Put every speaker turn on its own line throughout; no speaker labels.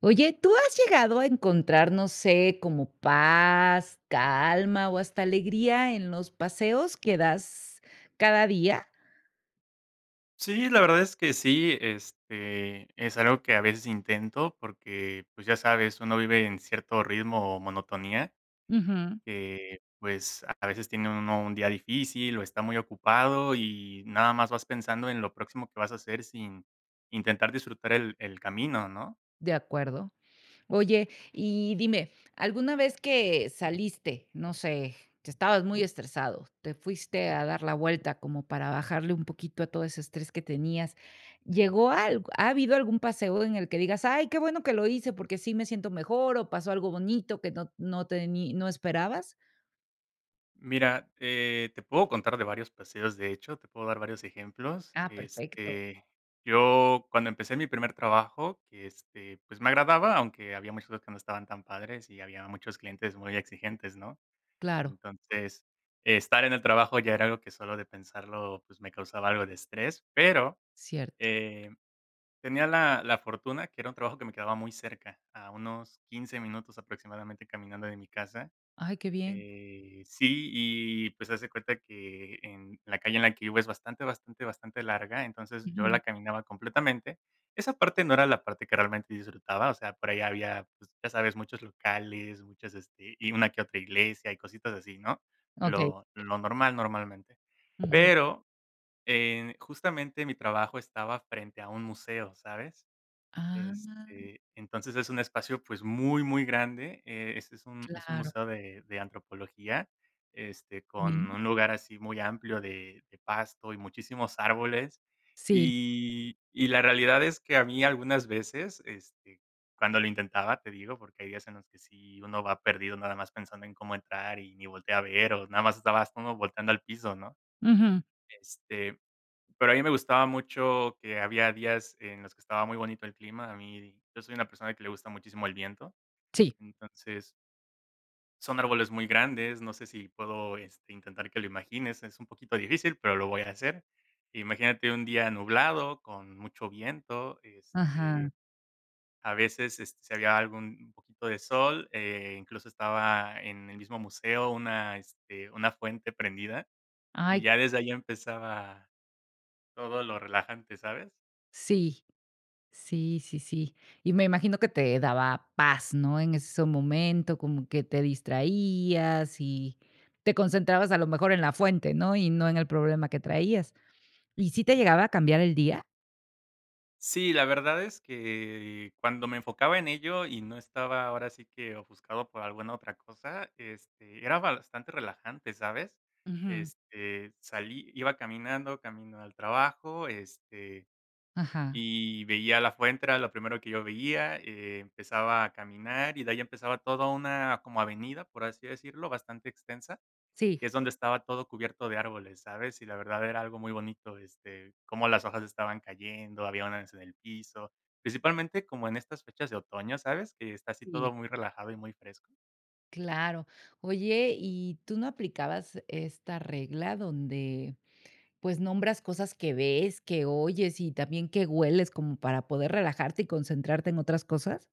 Oye, ¿tú has llegado a encontrar, no sé, como paz, calma o hasta alegría en los paseos que das cada día?
Sí, la verdad es que sí, es algo que a veces intento porque, pues, ya sabes, uno vive en cierto ritmo o monotonía
Ujú,
que, pues, a veces tiene uno un día difícil o está muy ocupado y nada más vas pensando en lo próximo que vas a hacer sin intentar disfrutar el camino, ¿no?
de acuerdo. Oye, y dime, ¿alguna vez que saliste, no sé, que estabas muy estresado, te fuiste a dar la vuelta como para bajarle un poquito a todo ese estrés que tenías? ¿Llegó algo, ha habido algún paseo en el que digas, ay, qué bueno que lo hice porque sí me siento mejor o pasó algo bonito que no esperabas?
Mira, te puedo contar de varios paseos, de hecho, te puedo dar varios ejemplos.
Ah, perfecto.
Yo cuando empecé mi primer trabajo, que pues me agradaba, aunque había muchos que no estaban tan padres y había muchos clientes muy exigentes, ¿no?
Claro,
Entonces, estar en el trabajo ya era algo que solo de pensarlo, pues me causaba algo de estrés, pero
cierto.
eh, tenía la fortuna que era un trabajo que me quedaba muy cerca, a unos 15 minutos aproximadamente caminando de mi casa.
Ay, qué bien.
Sí, y pues hace cuenta que en la calle en la que vivo es bastante, bastante, bastante larga, entonces yo
Ujú.
la caminaba completamente. Esa parte no era la parte que realmente disfrutaba, o sea, por ahí había, pues, ya sabes, muchos locales, y una que otra iglesia y cositas así, ¿no?
Okey.
Lo normal normalmente.
Ujú.
Pero justamente mi trabajo estaba frente a un museo, ¿sabes?
Ah,
Entonces es un espacio, pues, muy, muy grande, es un
claro.
museo de antropología,
Mira.
con un lugar así muy amplio de pasto y muchísimos árboles.
Sí.
Y la realidad es que a mí algunas veces, cuando lo intentaba, te digo, porque hay días en los que sí uno va perdido nada más pensando en cómo entrar y ni voltea a ver, o nada más estabas uno volteando al piso, ¿no?
Ujú.
Este pero a mí me gustaba mucho que había días en los que estaba muy bonito el clima. A mí yo soy una persona que le gusta muchísimo el viento,
Sí.
entonces, son árboles muy grandes, no sé si puedo, intentar que lo imagines, es un poquito difícil, pero lo voy a hacer. Imagínate un día nublado con mucho viento,
Ajá.
a veces, si había algún un poquito de sol, incluso estaba en el mismo museo una fuente prendida, y
Ay,
ya desde ahí empezaba todo lo relajante, ¿sabes?
sí. Sí, sí, sí. Y me imagino que te daba paz, ¿no? En ese momento, como que te distraías y te concentrabas a lo mejor en la fuente, ¿no? Y no en el problema que traías. ¿Y sí te llegaba a cambiar el día?
Sí, la verdad es que cuando me enfocaba en ello y no estaba ahora sí que ofuscado por alguna otra cosa, era bastante relajante, ¿sabes?
Ujú.
Salí, iba caminando, camino al trabajo,
Ajá.
y veía la fuente, era lo primero que yo veía, empezaba a caminar y de ahí empezaba toda una como avenida, por así decirlo, bastante extensa
Sí.
que es donde estaba todo cubierto de árboles, ¿sabes? Y la verdad era algo muy bonito, cómo las hojas estaban cayendo, había unas en el piso, principalmente como en estas fechas de otoño, ¿sabes? Que está así todo
Sí.
muy relajado y muy fresco.
Claro. Oye, ¿y tú no aplicabas esta regla donde, pues, nombras cosas que ves, que oyes y también que hueles como para poder relajarte y concentrarte en otras cosas?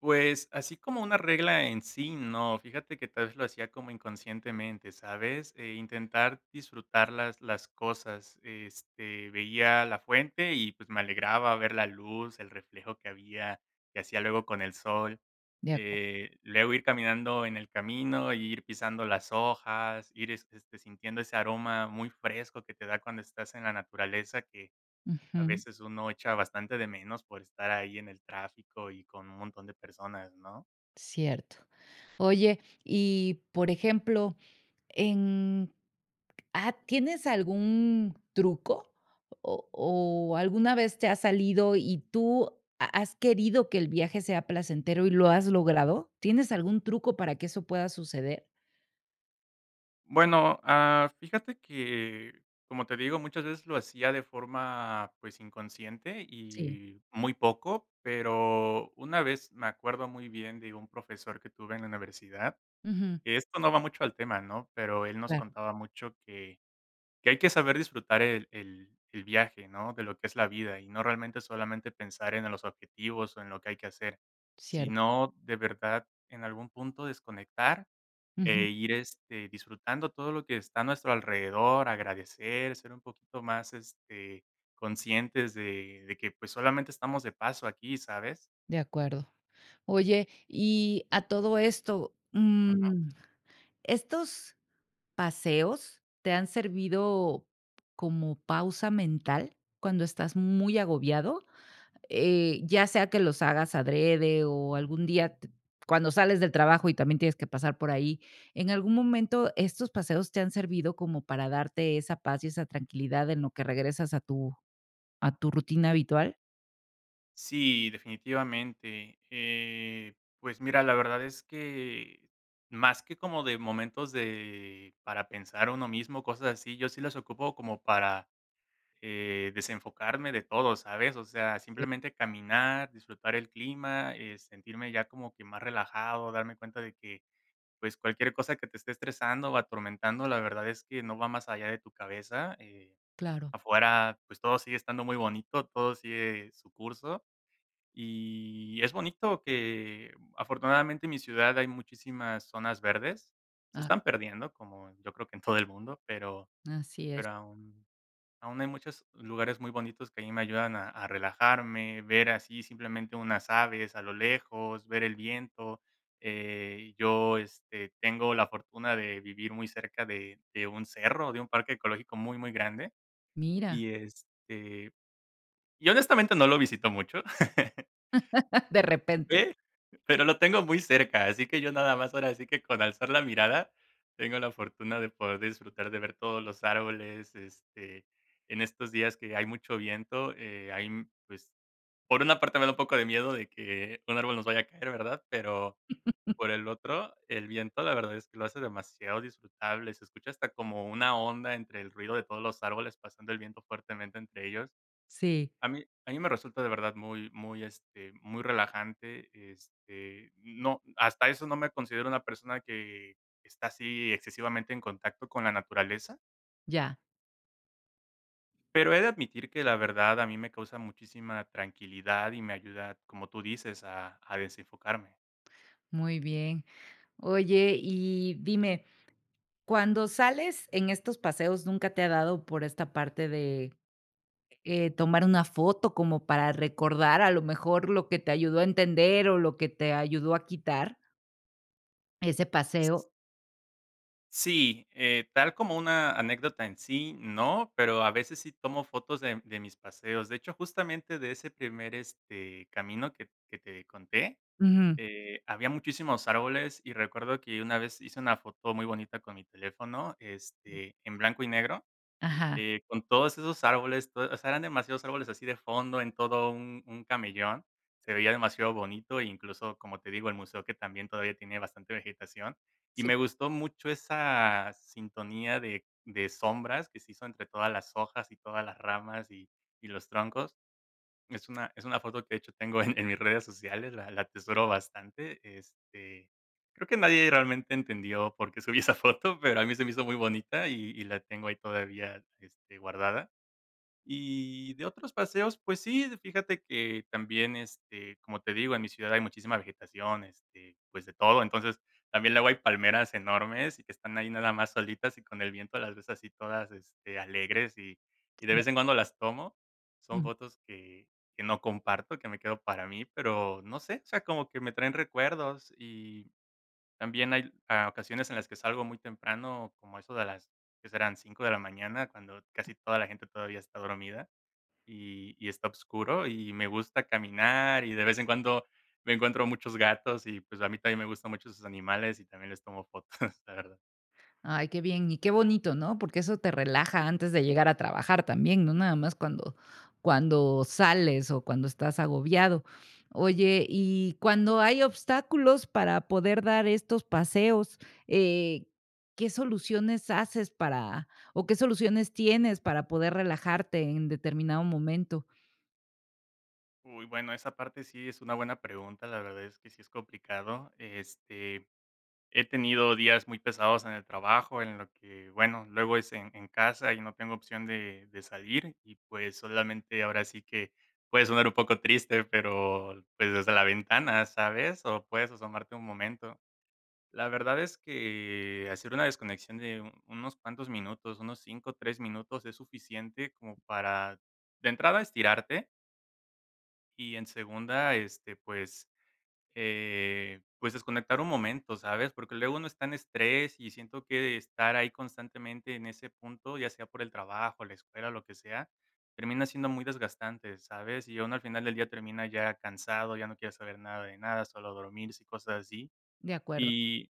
Pues, así como una regla en sí, no. Fíjate que tal vez lo hacía como inconscientemente, ¿sabes? Intentar disfrutar las cosas. Veía la fuente y, pues, me alegraba ver la luz, el reflejo que había, que hacía luego con el sol.
De acuerdo.
Luego ir caminando en el camino, y ir pisando las hojas, ir, sintiendo ese aroma muy fresco que te da cuando estás en la naturaleza que a
Ujú,
veces uno echa bastante de menos por estar ahí en el tráfico y con un montón de personas, ¿no?
cierto. Oye, y por ejemplo. En ¿tienes algún truco o alguna vez te ha salido y tú ha has querido que el viaje sea placentero y lo has logrado? ¿Tienes algún truco para que eso pueda suceder?
Bueno, fíjate que, como te digo, muchas veces lo hacía de forma, pues, inconsciente
Sí.
y muy poco, pero una vez me acuerdo muy bien de un profesor que tuve en la universidad,
Ujú.
que esto no va mucho al tema, ¿no? Pero él nos
Claro,
contaba mucho que hay que saber disfrutar el viaje, ¿no? De lo que es la vida, y no realmente solamente pensar en los objetivos, o en lo que hay que hacer,
cierto.
sino de verdad, en algún punto desconectar,
Ujú.
e ir, disfrutando todo lo que está a nuestro alrededor, agradecer, ser un poquito más, conscientes de que, pues, solamente estamos de paso aquí, ¿sabes?
De acuerdo. Oye, y a todo esto, ¿estos paseos te han servido como pausa mental cuando estás muy agobiado? Ya sea que los hagas adrede o algún día t cuando sales del trabajo y también tienes que pasar por ahí, ¿en algún momento estos paseos te han servido como para darte esa paz y esa tranquilidad en lo que regresas a tu rutina habitual?
Sí, definitivamente. Pues mira, la verdad es que más que como de momentos de para pensar uno mismo, cosas así, yo sí las ocupo como para desenfocarme de todo, ¿sabes? O sea,
Eh,
simplemente caminar, disfrutar el clima, sentirme ya como que más relajado, darme cuenta de que pues cualquier cosa que te esté estresando o atormentando, la verdad es que no va más allá de tu cabeza.
claro,
Afuera, pues todo sigue estando muy bonito, todo sigue su curso y es bonito que afortunadamente en mi ciudad hay muchísimas zonas verdes. Se
ah,
están perdiendo, como yo creo que en todo el mundo,
así es.
pero aún aún hay muchos lugares muy bonitos que a mí me ayudan a relajarme, ver así simplemente unas aves a lo lejos, ver el viento. Yo, tengo la fortuna de vivir muy cerca de un cerro, de un parque ecológico muy, muy grande
Mira,
y, este, y honestamente no lo visito mucho.
de repente.
Sí, pero lo tengo muy cerca, así que yo nada más ahora sí que con alzar la mirada, tengo la fortuna de poder disfrutar de ver todos los árboles, en estos días que hay mucho viento, hay, pues, por una parte me da un poco de miedo de que un árbol nos vaya a caer, ¿verdad? Pero por el otro, el viento la verdad es que lo hace demasiado disfrutable, se escucha hasta como una onda entre el ruido de todos los árboles pasando el viento fuertemente entre ellos.
Sí,
A mí me resulta de verdad muy muy, muy relajante, no, hasta eso no me considero una persona que está así excesivamente en contacto con la naturaleza,
ya,
pero he de admitir que la verdad a mí me causa muchísima tranquilidad y me ayuda, como tú dices, a desenfocarme.
muy bien. Oye, y dime, cuando sales en estos paseos, ¿nunca te ha dado por esta parte de tomar una foto como para recordar a lo mejor lo que te ayudó a entender o lo que te ayudó a quitar ese paseo?
Sí, tal como una anécdota en sí, no, pero a veces sí tomo fotos de mis paseos. De hecho, justamente de ese primer, camino que te conté.
Ujú.
Había muchísimos árboles y recuerdo que una vez hice una foto muy bonita con mi teléfono, en blanco y negro,
Ajá.
con todos esos árboles, to o sea, eran demasiados árboles así de fondo en todo un camellón, se veía demasiado bonito e incluso, como te digo, el museo que también todavía tiene bastante vegetación, y
Sí.
me gustó mucho esa sintonía de sombras que se hizo entre todas las hojas y todas las ramas y los troncos. Es una foto que, de hecho, tengo en mis redes sociales, la atesoro bastante, creo que nadie realmente entendió por qué subí esa foto, pero a mí se me hizo muy bonita y la tengo ahí todavía, guardada. Y de otros paseos, pues sí, fíjate que también, como te digo, en mi ciudad hay muchísima vegetación, pues de todo. Entonces, también luego hay palmeras enormes y que están ahí nada más solitas y con el viento las ves así todas, alegres y de vez en cuando las tomo. Son fotos que no comparto, que me quedo para mí, pero no sé, o sea, como que me traen recuerdos y también hay ocasiones en las que salgo muy temprano, como eso de las que serán 5 de la mañana, cuando casi toda la gente todavía está dormida y está oscuro, y me gusta caminar, y de vez en cuando me encuentro muchos gatos y, pues, a mí también me gustan mucho esos animales y también les tomo fotos, la verdad.
Ay, qué bien y qué bonito, ¿no? Porque eso te relaja antes de llegar a trabajar también, no nada más cuando cuando sales o cuando estás agobiado. Oye, y cuando hay obstáculos para poder dar estos paseos, eh, ¿qué soluciones haces para o qué soluciones tienes para poder relajarte en determinado momento?
Uy, bueno, esa parte sí es una buena pregunta, la verdad es que sí es complicado. He tenido días muy pesados en el trabajo, en lo que, bueno, luego es en casa y no tengo opción de salir y, pues, solamente ahora sí que puede sonar un poco triste, pero, pues, desde la ventana, ¿sabes? O puedes asomarte un momento. La verdad es que hacer una desconexión de unos cuantos minutos, unos 5, 3 minutos es suficiente como para, de entrada, estirarte y en segunda, pues, pues desconectar un momento, ¿sabes? Porque luego uno está en estrés y siento que estar ahí constantemente en ese punto, ya sea por el trabajo, la escuela, lo que sea, termina siendo muy desgastante, ¿sabes? Y uno al final del día termina ya cansado, ya no quiere saber nada de nada, solo dormirse y cosas
De acuerdo.
así.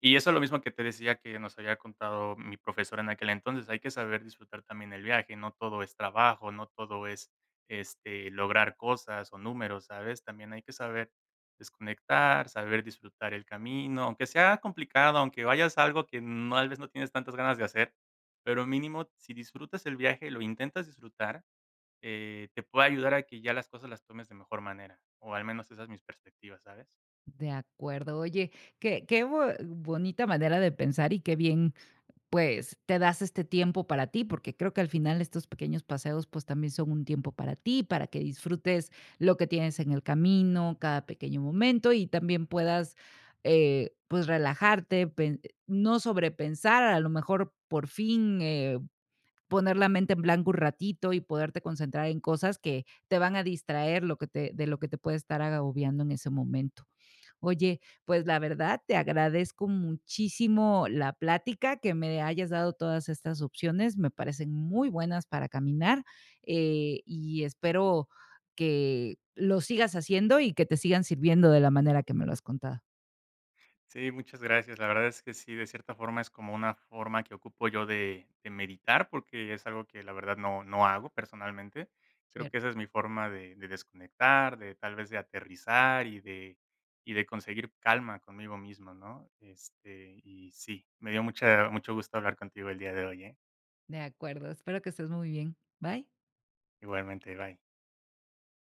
Y eso es lo mismo que te decía que nos había contado mi profesor en aquel entonces, hay que saber disfrutar también el viaje, no todo es trabajo, no todo es, lograr cosas o números, ¿sabes? También hay que saber desconectar, saber disfrutar el camino, aunque sea complicado, aunque vayas a algo que no tal vez no tienes tantas ganas de hacer, pero mínimo si disfrutas el viaje, lo intentas disfrutar, te puede ayudar a que ya las cosas las tomes de mejor manera, o al menos esa es mi perspectiva, ¿sabes?
De acuerdo. Oye, qué qué bo bonita manera de pensar y qué bien, pues te das este tiempo para ti, porque creo que al final estos pequeños paseos pues también son un tiempo para ti, para que disfrutes lo que tienes en el camino, cada pequeño momento y también puedas pues relajarte, pen- no sobrepensar, a lo mejor por fin poner la mente en blanco un ratito y poderte concentrar en cosas que te van a distraer lo que te, de lo que te puede estar agobiando en ese momento. Oye, pues la verdad te agradezco muchísimo la plática, que me hayas dado todas estas opciones, me parecen muy buenas para caminar, y espero que lo sigas haciendo y que te sigan sirviendo de la manera que me lo has contado.
Sí, muchas gracias. La verdad es que sí, de cierta forma es como una forma que ocupo yo de meditar, porque es algo que la verdad no, no hago personalmente. Creo que
Cierto.
esa es mi forma de desconectar, de tal vez de aterrizar y de conseguir calma conmigo mismo, ¿no? Y sí, me dio mucha, mucho gusto hablar contigo el día de hoy, ¿eh?
De acuerdo, espero que estés muy bien. Bye.
Igualmente, bye.